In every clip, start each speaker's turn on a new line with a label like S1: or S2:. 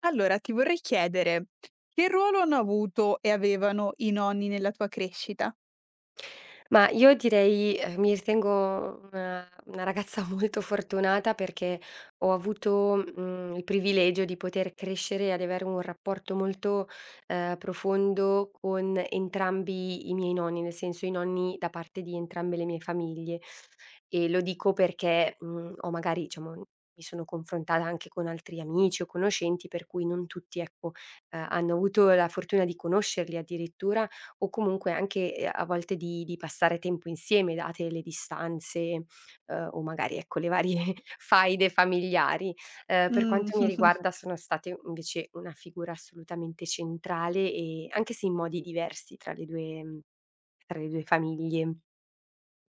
S1: Allora, ti vorrei chiedere, che ruolo hanno avuto e avevano i nonni nella tua crescita?
S2: Ma io direi Mi ritengo una ragazza molto fortunata perché ho avuto, il privilegio di poter crescere e ad avere un rapporto molto, profondo con entrambi i miei nonni, nel senso i nonni da parte di entrambe le mie famiglie. E lo dico perché, ho magari, diciamo, mi sono confrontata anche con altri amici o conoscenti, per cui non tutti, ecco, hanno avuto la fortuna di conoscerli addirittura o comunque anche, a volte di passare tempo insieme date le distanze, o magari, ecco, le varie faide familiari. Per
S1: Mh.
S2: quanto mi riguarda sono state invece una figura assolutamente centrale, e anche se in modi diversi tra le 2 famiglie.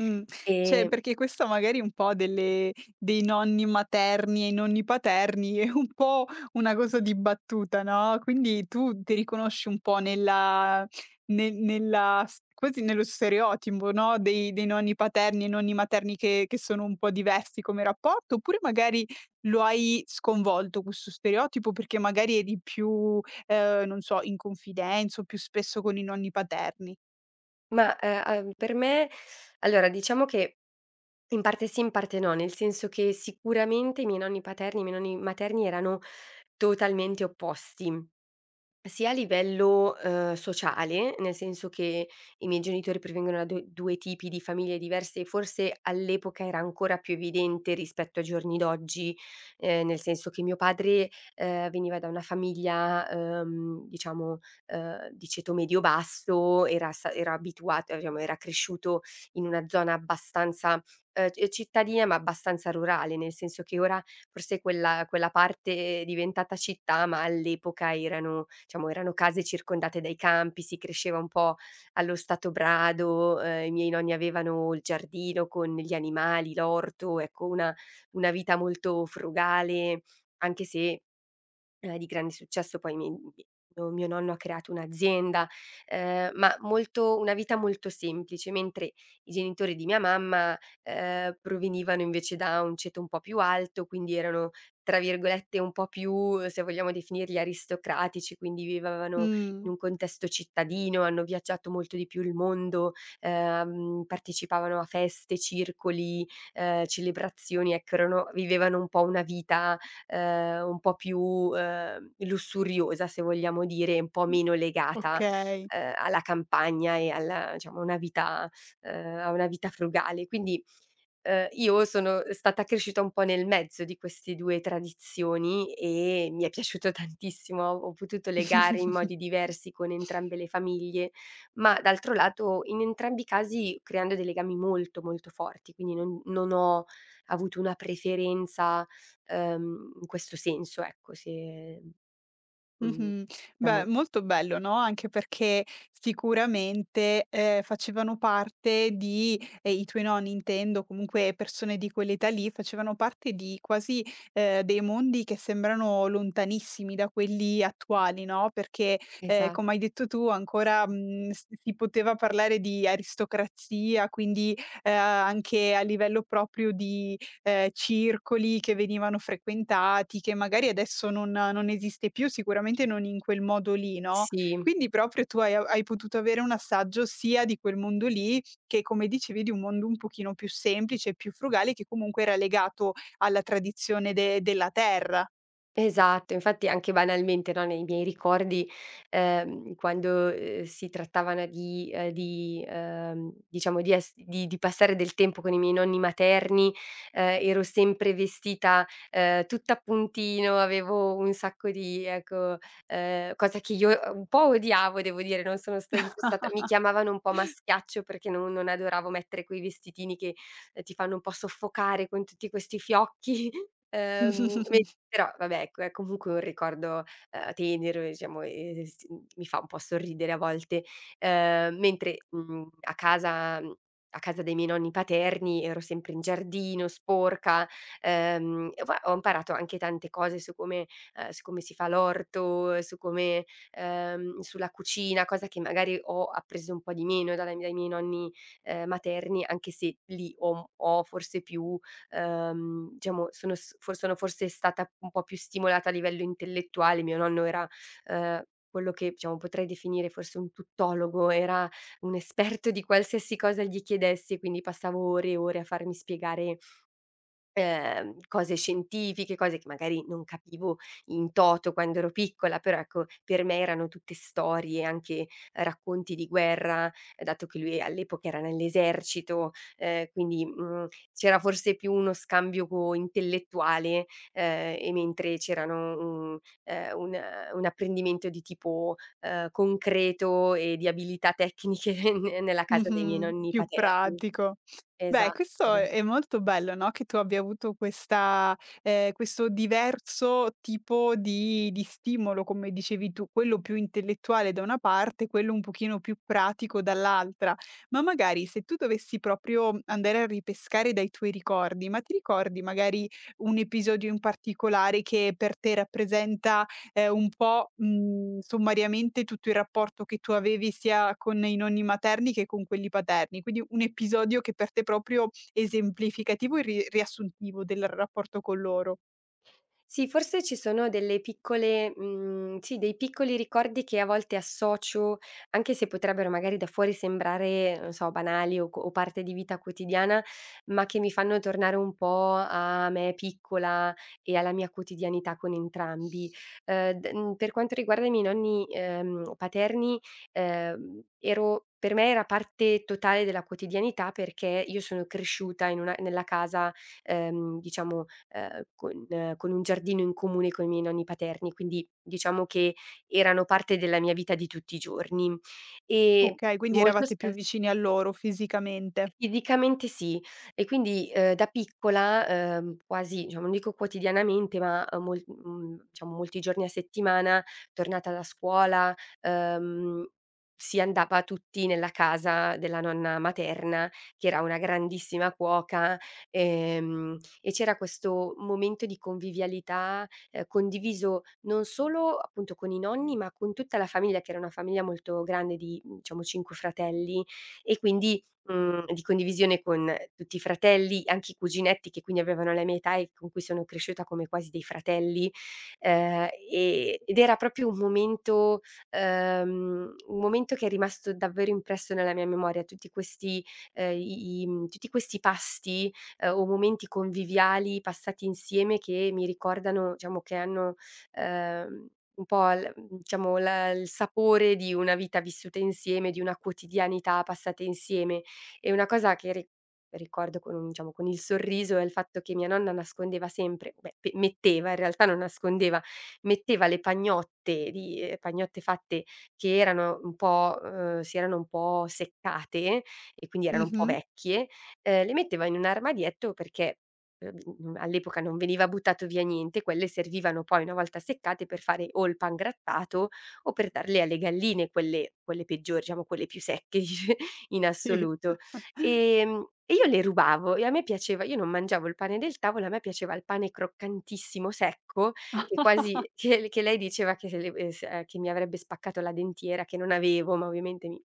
S1: Mh, cioè
S2: Ehm,
S1: perché questo magari un po' delle dei nonni materni e i nonni paterni è un po' una cosa di battuta, no, quindi tu ti riconosci un po' nella ne nella s quasi nello stereotipo, no, dei nonni paterni e nonni materni che sono un po' diversi come rapporto, oppure magari lo hai sconvolto questo stereotipo perché magari eri più, non so, in confidenza o più spesso con i nonni paterni?
S2: per me, allora, diciamo che in parte sì, in parte no, nel senso che sicuramente i miei nonni paterni e i miei nonni materni erano totalmente opposti. Sia a livello, sociale, nel senso che i miei genitori provengono da du 2 tipi di famiglie diverse, e forse all'epoca era ancora più evidente rispetto ai giorni d'oggi. Nel senso che mio padre, veniva da una famiglia, diciamo, di ceto medio-basso, era abituato, diciamo, era cresciuto in una zona abbastanza, c cittadina ma abbastanza rurale, nel senso che ora, forse, quella parte è diventata città, ma all'epoca erano, diciamo, erano case circondate dai campi, si cresceva un po' allo stato brado. I miei nonni avevano il giardino con gli animali, l'orto, ecco, una vita molto frugale, anche se, di grande successo. Poi mi mi mio mio nonno ha creato un'azienda, ma molto, una vita molto semplice. Mentre i genitori di mia mamma, provenivano invece da un ceto un po' più alto, quindi erano, tra virgolette, un po' più, se vogliamo definirli, aristocratici. Quindi vivevano in
S1: Mh,
S2: un contesto cittadino, hanno viaggiato molto di più il mondo, partecipavano a feste, circoli, celebrazioni. Ecco, erano vivevano un po' una vita, un po' più, lussuriosa, se vogliamo dire, un po'
S1: mh,
S2: meno legata,
S1: okay.
S2: alla campagna e alla diciamo a una vita, a una vita frugale. Io sono stata cresciuta un po' nel mezzo di questi 2 tradizioni e mi è piaciuto tantissimo. Ho potuto legare in modi diversi con entrambe le famiglie, ma d'altro lato in entrambi i casi creando dei legami molto, molto forti, quindi non ho avuto una preferenza, in questo senso, ecco. se mhmm,
S1: Mh-mh. Beh,
S2: diciamo
S1: molto bello, no, anche perché sicuramente, facevano parte di i tuoi nonni intendo, comunque persone di quell'età lì, facevano parte di quasi, dei mondi che sembrano lontanissimi da quelli attuali, no, perché,
S2: esa
S1: come hai detto tu ancora, mhmm, s si poteva parlare di aristocrazia, quindi, anche a livello proprio di circoli che venivano frequentati, che magari adesso non esiste più, sicuramente non in quel modo lì, no,
S2: Sì.
S1: quindi proprio tu hai potuto avere un assaggio sia di quel mondo lì, che come dicevi di un mondo un pochino più semplice e più frugale, che comunque era legato alla tradizione de della terra.
S2: Esatto, infatti anche banalmente, no, nei miei ricordi, quando, si trattavano di, diciamo, di ess di passare del tempo con i miei nonni materni, ero sempre vestita, tutta a puntino, avevo un sacco di, ecco, cosa che io, un po' odiavo, devo dire. Non sono sempre stata, mi chiamavano un po' maschiaccio perché non adoravo mettere quei vestitini che, ti fanno un po' soffocare con tutti questi fiocchi. Vedi, però vabbè, ecco, è comunque un ricordo, tenero, diciamo, e mi fa un po' sorridere a volte. A casa, a casa dei miei nonni paterni, ero sempre in giardino, sporca, e poi ho imparato anche tante cose su come, su come si fa l'orto, su come, sulla cucina. Cosa che magari ho appreso un po' di meno dalla dai miei nonni, materni, anche se lì ho, forse più, diciamo, sono, s for sono forse stata un po' più stimolata a livello intellettuale. Mio nonno era, ehm, quello che, diciamo, potrei definire forse un tuttologo, era un esperto di qualsiasi cosa gli chiedessi, e quindi passavo ore e ore a farmi spiegare, cose scientifiche, cose che magari non capivo in toto quando ero piccola, però ecco, per me erano tutte storie, anche racconti di guerra, dato che lui all'epoca era nell'esercito. ehm, quindi, mhmm, C'era forse più uno scambio co intellettuale, e mentre c'erano, mhmm, un, un apprendimento di tipo, concreto e di abilità tecniche ne nella casa dei miei
S1: Mh-mh.
S2: nonni
S1: Più
S2: paterni.
S1: pratico. Beh,
S2: Esatto,
S1: questo
S2: esa
S1: è molto bello, no, che tu abbia avuto questa questo diverso tipo di stimolo, come dicevi tu, quello più intellettuale da una parte, quello un pochino più pratico dall'altra. Ma magari se tu dovessi proprio andare a ripescare dai tuoi ricordi, ma ti ricordi magari un episodio in particolare che per te rappresenta è un po', mhmm, sommariamente tutto il rapporto che tu avevi sia con i nonni materni che con quelli paterni. Quindi un episodio che per te è proprio esemplificativo e ri riassuntivo del rapporto con loro.
S2: sì, forse ci sono delle piccole, sì, dei piccoli ricordi che a volte associo, anche se potrebbero magari da fuori sembrare, non so, banali o co o parte di vita quotidiana, ma che mi fanno tornare un po' a me piccola e alla mia quotidianità con entrambi. Per quanto riguarda i miei nonni, paterni, ero per me era parte totale della quotidianità perché io sono cresciuta in una nella casa, diciamo, con, con un giardino in comune con i miei nonni paterni, quindi, diciamo che erano parte della mia vita di tutti i giorni. E
S1: Okay, quindi
S2: molto
S1: eravate
S2: sp
S1: più vicini a loro fisicamente.
S2: Tipicamente sì. E quindi, da piccola, quasi, diciamo, non dico quotidianamente, ma, diciamo, molti giorni a settimana, tornata da scuola, ehm, si andava tutti nella casa della nonna materna, che era una grandissima cuoca, e c'era questo momento di convivialità, condiviso non solo, appunto, con i nonni, ma con tutta la famiglia, che era una famiglia molto grande di, diciamo, 5 fratelli, e quindi, di condivisione con tutti i fratelli, anche i cuginetti, che quindi avevano la mia età e con cui sono cresciuta come quasi dei fratelli. E ed Era proprio un momento, un momento che è rimasto davvero impresso nella mia memoria. Tutti questi, tutti questi pasti, o momenti conviviali passati insieme, che mi ricordano, diciamo, che hanno, ehm, un po', diciamo, la il sapore di una vita vissuta insieme, di una quotidianità passata insieme. E una cosa che ri ricordo con diciamo, con il sorriso, è il fatto che mia nonna nascondeva sempre, beh, pe metteva, in realtà non nascondeva, metteva le pagnotte di, pagnotte fatte che erano un po', si erano un po' seccate e quindi erano un po'
S1: Mh-mh.
S2: vecchie, le metteva in un armadietto perché, all'epoca non veniva buttato via niente, quelle servivano poi una volta seccate per fare o il pangrattato o per darle alle galline, quelle peggiori, diciamo, quelle più secche in
S1: Sì.
S2: assoluto. E io le rubavo, e a me piaceva, io non mangiavo il pane del tavolo, a me piaceva il pane croccantissimo, secco, che quasi che lei diceva che se le s che mi avrebbe spaccato la dentiera, che non avevo, ma ovviamente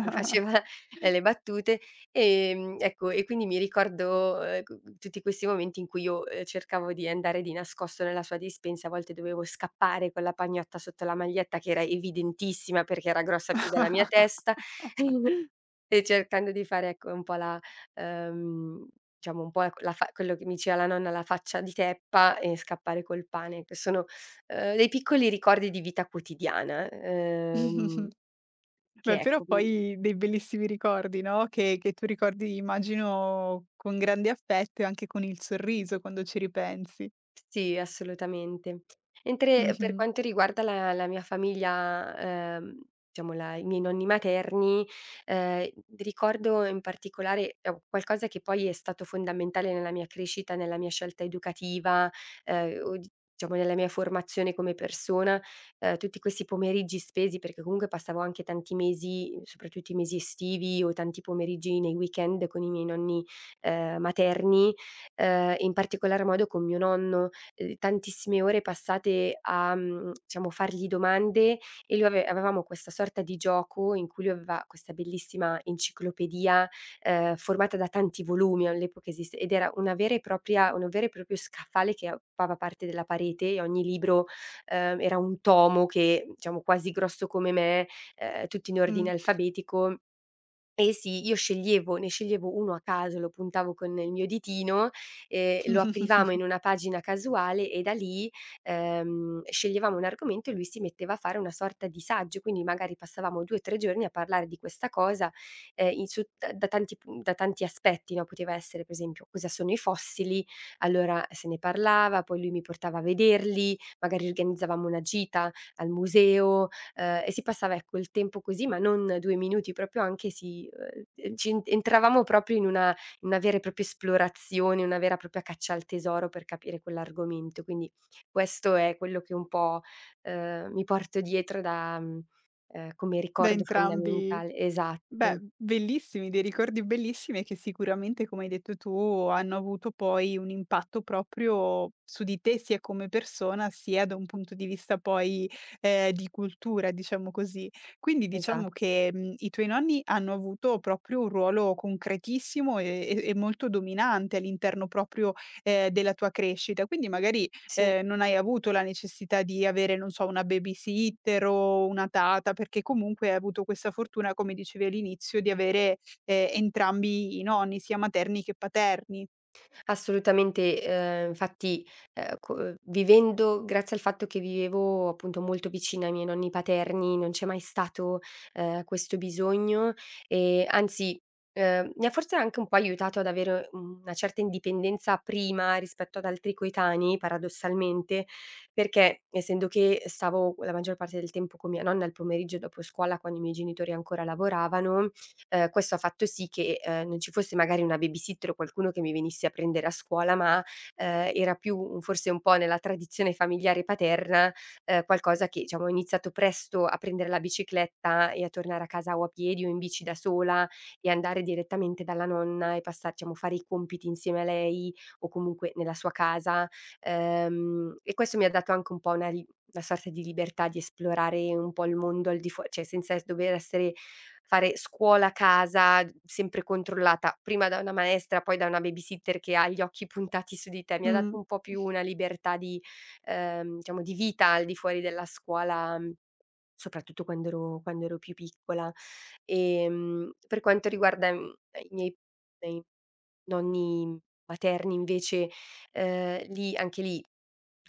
S2: mi faceva, le battute. Ecco, e quindi mi ricordo, q tutti questi momenti in cui io, cercavo di andare di nascosto nella sua dispensa, a volte dovevo scappare con la pagnotta sotto la maglietta, che era evidentissima perché era grossa più della mia testa. E cercando di fare, ecco, un po' la, ehm, diciamo, un po', ecco, la fa quello che mi diceva la nonna, la faccia di teppa, e scappare col pane. Che sono, dei piccoli ricordi di vita quotidiana,
S1: Beh,
S2: che
S1: però
S2: ecco mi
S1: poi dei bellissimi ricordi, no, che tu ricordi immagino con grande affetto e anche con il sorriso quando ci ripensi.
S2: sì, assolutamente. Mentre per
S1: Mh-mh.
S2: quanto riguarda la la mia famiglia, diciamo la i miei nonni materni, ehm, ricordo in particolare, qualcosa che poi è stato fondamentale nella mia crescita, nella mia scelta educativa, o di diciamo, nella mia formazione come persona. Tutti questi pomeriggi spesi, perché comunque passavo anche tanti mesi, soprattutto i mesi estivi, o tanti pomeriggi nei weekend con i miei nonni, materni, in particolar modo con mio nonno. Tantissime ore passate a, diciamo, fargli domande. E lui ave avevamo questa sorta di gioco in cui lui aveva questa bellissima enciclopedia, formata da tanti volumi. All'epoca esiste, ed era una vera e propria un vero e proprio scaffale che occupava parte della parete, e ogni libro, era un tomo che, diciamo, quasi grosso come me, tutto in ordine
S1: Mh.
S2: alfabetico. Eh sì, io sceglievo, ne sceglievo 1 a caso, lo puntavo con il mio ditino, lo aprivamo in una pagina casuale, e da lì, sceglievamo un argomento, e lui si metteva a fare una sorta di saggio. Quindi magari passavamo 2, 3 giorni a parlare di questa cosa, in su da da tanti, pu da tanti aspetti, no. Poteva essere, per esempio, cosa sono i fossili, allora se ne parlava, poi lui mi portava a vederli, magari organizzavamo una gita al museo. E si passava, ecco, il tempo così, ma non 2 minuti, proprio anche si, ci en entravamo proprio in una, vera e propria esplorazione, una vera e propria caccia al tesoro per capire quell'argomento. Quindi questo è quello che un po', mi porto dietro da, come
S1: Da
S2: ricordo
S1: entrambi.
S2: fondamentale. Esatto,
S1: Beh, bellissimi, dei ricordi bellissimi e che sicuramente, come hai detto tu, hanno avuto poi un impatto proprio su di te, sia come persona, sia da un punto di vista poi, di cultura, diciamo così. Quindi
S2: esa
S1: diciamo che, mhmm, i tuoi nonni hanno avuto proprio un ruolo concretissimo e molto dominante all'interno proprio, della tua crescita. Quindi magari
S2: sì.
S1: non hai avuto la necessità di avere, non so, una babysitter o una tata, perché comunque hai avuto questa fortuna, come dicevi all'inizio, di avere, entrambi i nonni, sia materni che paterni.
S2: Assolutamente, infatti, co vivendo, grazie al fatto che vivevo, appunto, molto vicina ai miei nonni paterni, non c'è mai stato, questo bisogno. E anzi, mi ha forse anche un po' aiutato ad avere una certa indipendenza prima rispetto ad altri coetanei, paradossalmente, perché essendo che stavo la maggior parte del tempo con mia nonna il pomeriggio dopo scuola, quando i miei genitori ancora lavoravano, questo ha fatto sì che, non ci fosse magari una babysitter o qualcuno che mi venisse a prendere a scuola, ma, era più un, forse un po' nella tradizione familiare paterna, qualcosa che, diciamo, ho iniziato presto a prendere la bicicletta e a tornare a casa o a piedi o in bici da sola, e andare direttamente dalla nonna e passar diciamo, fare i compiti insieme a lei o comunque nella sua casa. E questo mi ha dato anche un po' una, sorta di libertà di esplorare un po' il mondo al di fuo cioè, senza es dover essere, fare scuola, a casa, d sempre controllata prima da una maestra, poi da una babysitter che ha gli occhi puntati su di te. Mi ha dato
S1: Mh,
S2: un po' più una libertà di, diciamo, di vita al di fuori della scuola. Mhmm, Soprattutto quando ero, più piccola. Per quanto riguarda, i miei, miei nonni paterni invece, lì, anche lì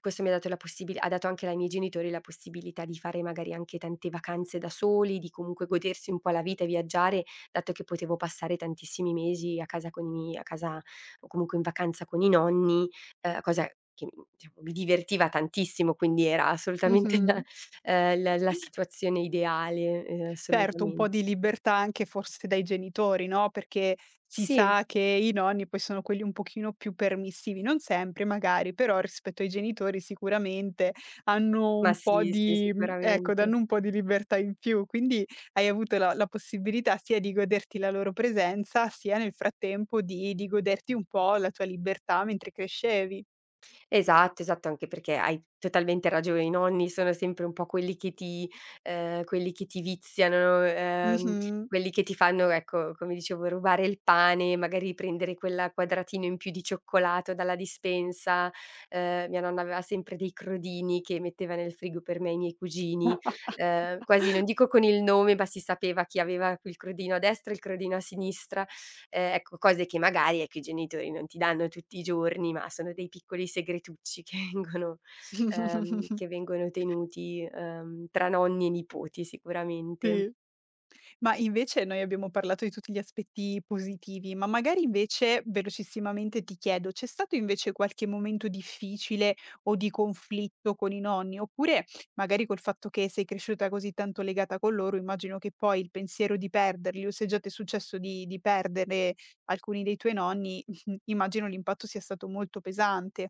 S2: questo mi ha dato la possibil ha dato anche ai miei genitori la possibilità di fare magari anche tante vacanze da soli, di comunque godersi un po' la vita e viaggiare, dato che potevo passare tantissimi mesi a casa con i, a casa o comunque in vacanza con i nonni. Cosa che, diciamo, mi divertiva tantissimo, quindi era assolutamente una,
S1: mh-mh.
S2: La, la situazione ideale,
S1: Certo, un po'
S2: assolutamente.
S1: di libertà anche forse dai genitori, no, perché si
S2: Sì,
S1: sa che i nonni poi sono quelli un pochino più permissivi, non sempre magari, però rispetto ai genitori sicuramente hanno un po'
S2: sì,
S1: di mhmm, ecco,
S2: sicuramente.
S1: danno un po' di libertà in più. Quindi hai avuto la possibilità sia di goderti la loro presenza, sia nel frattempo di goderti un po' la tua libertà mentre crescevi.
S2: Esatto, esatto, anche perché hai totalmente ragione, i nonni sono sempre un po' quelli che ti, quelli che ti viziano,
S1: Mh-mh.
S2: quelli che ti fanno, ecco, come dicevo, rubare il pane, magari prendere quel quadratino in più di cioccolato dalla dispensa. Mia nonna aveva sempre dei crodini che metteva nel frigo per me e i miei cugini, quasi non dico con il nome, ma si sapeva chi aveva il crodino a destra e il crodino a sinistra. Ecco, cose che magari, ecco, i genitori non ti danno tutti i giorni, ma sono dei piccoli segretucci che vengono, che vengono tenuti, tra nonni e nipoti sicuramente.
S1: Sì. Ma invece noi abbiamo parlato di tutti gli aspetti positivi, ma magari invece velocissimamente ti chiedo, c'è stato invece qualche momento difficile o di conflitto con i nonni? Oppure magari col fatto che sei cresciuta così tanto legata con loro, immagino che poi il pensiero di perderli, o se già ti è successo di perdere alcuni dei tuoi nonni, immagino l'impatto sia stato molto pesante.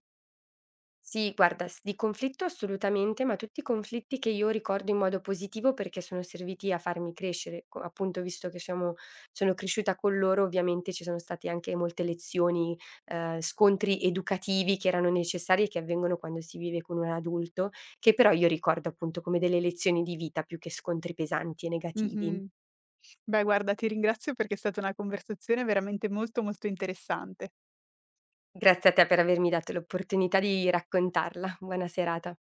S2: Sì, guarda, s di conflitto, assolutamente, ma tutti i conflitti che io ricordo in modo positivo perché sono serviti a farmi crescere. Co Appunto, visto che siamo sono cresciuta con loro, ovviamente ci sono state anche molte lezioni, scontri educativi che erano necessari e che avvengono quando si vive con un adulto, che però io ricordo, appunto, come delle lezioni di vita più che scontri pesanti e negativi.
S1: Mhm. Beh, guarda, ti ringrazio perché è stata una conversazione veramente molto molto interessante.
S2: Grazie a te per avermi dato l'opportunità di raccontarla. Buona serata.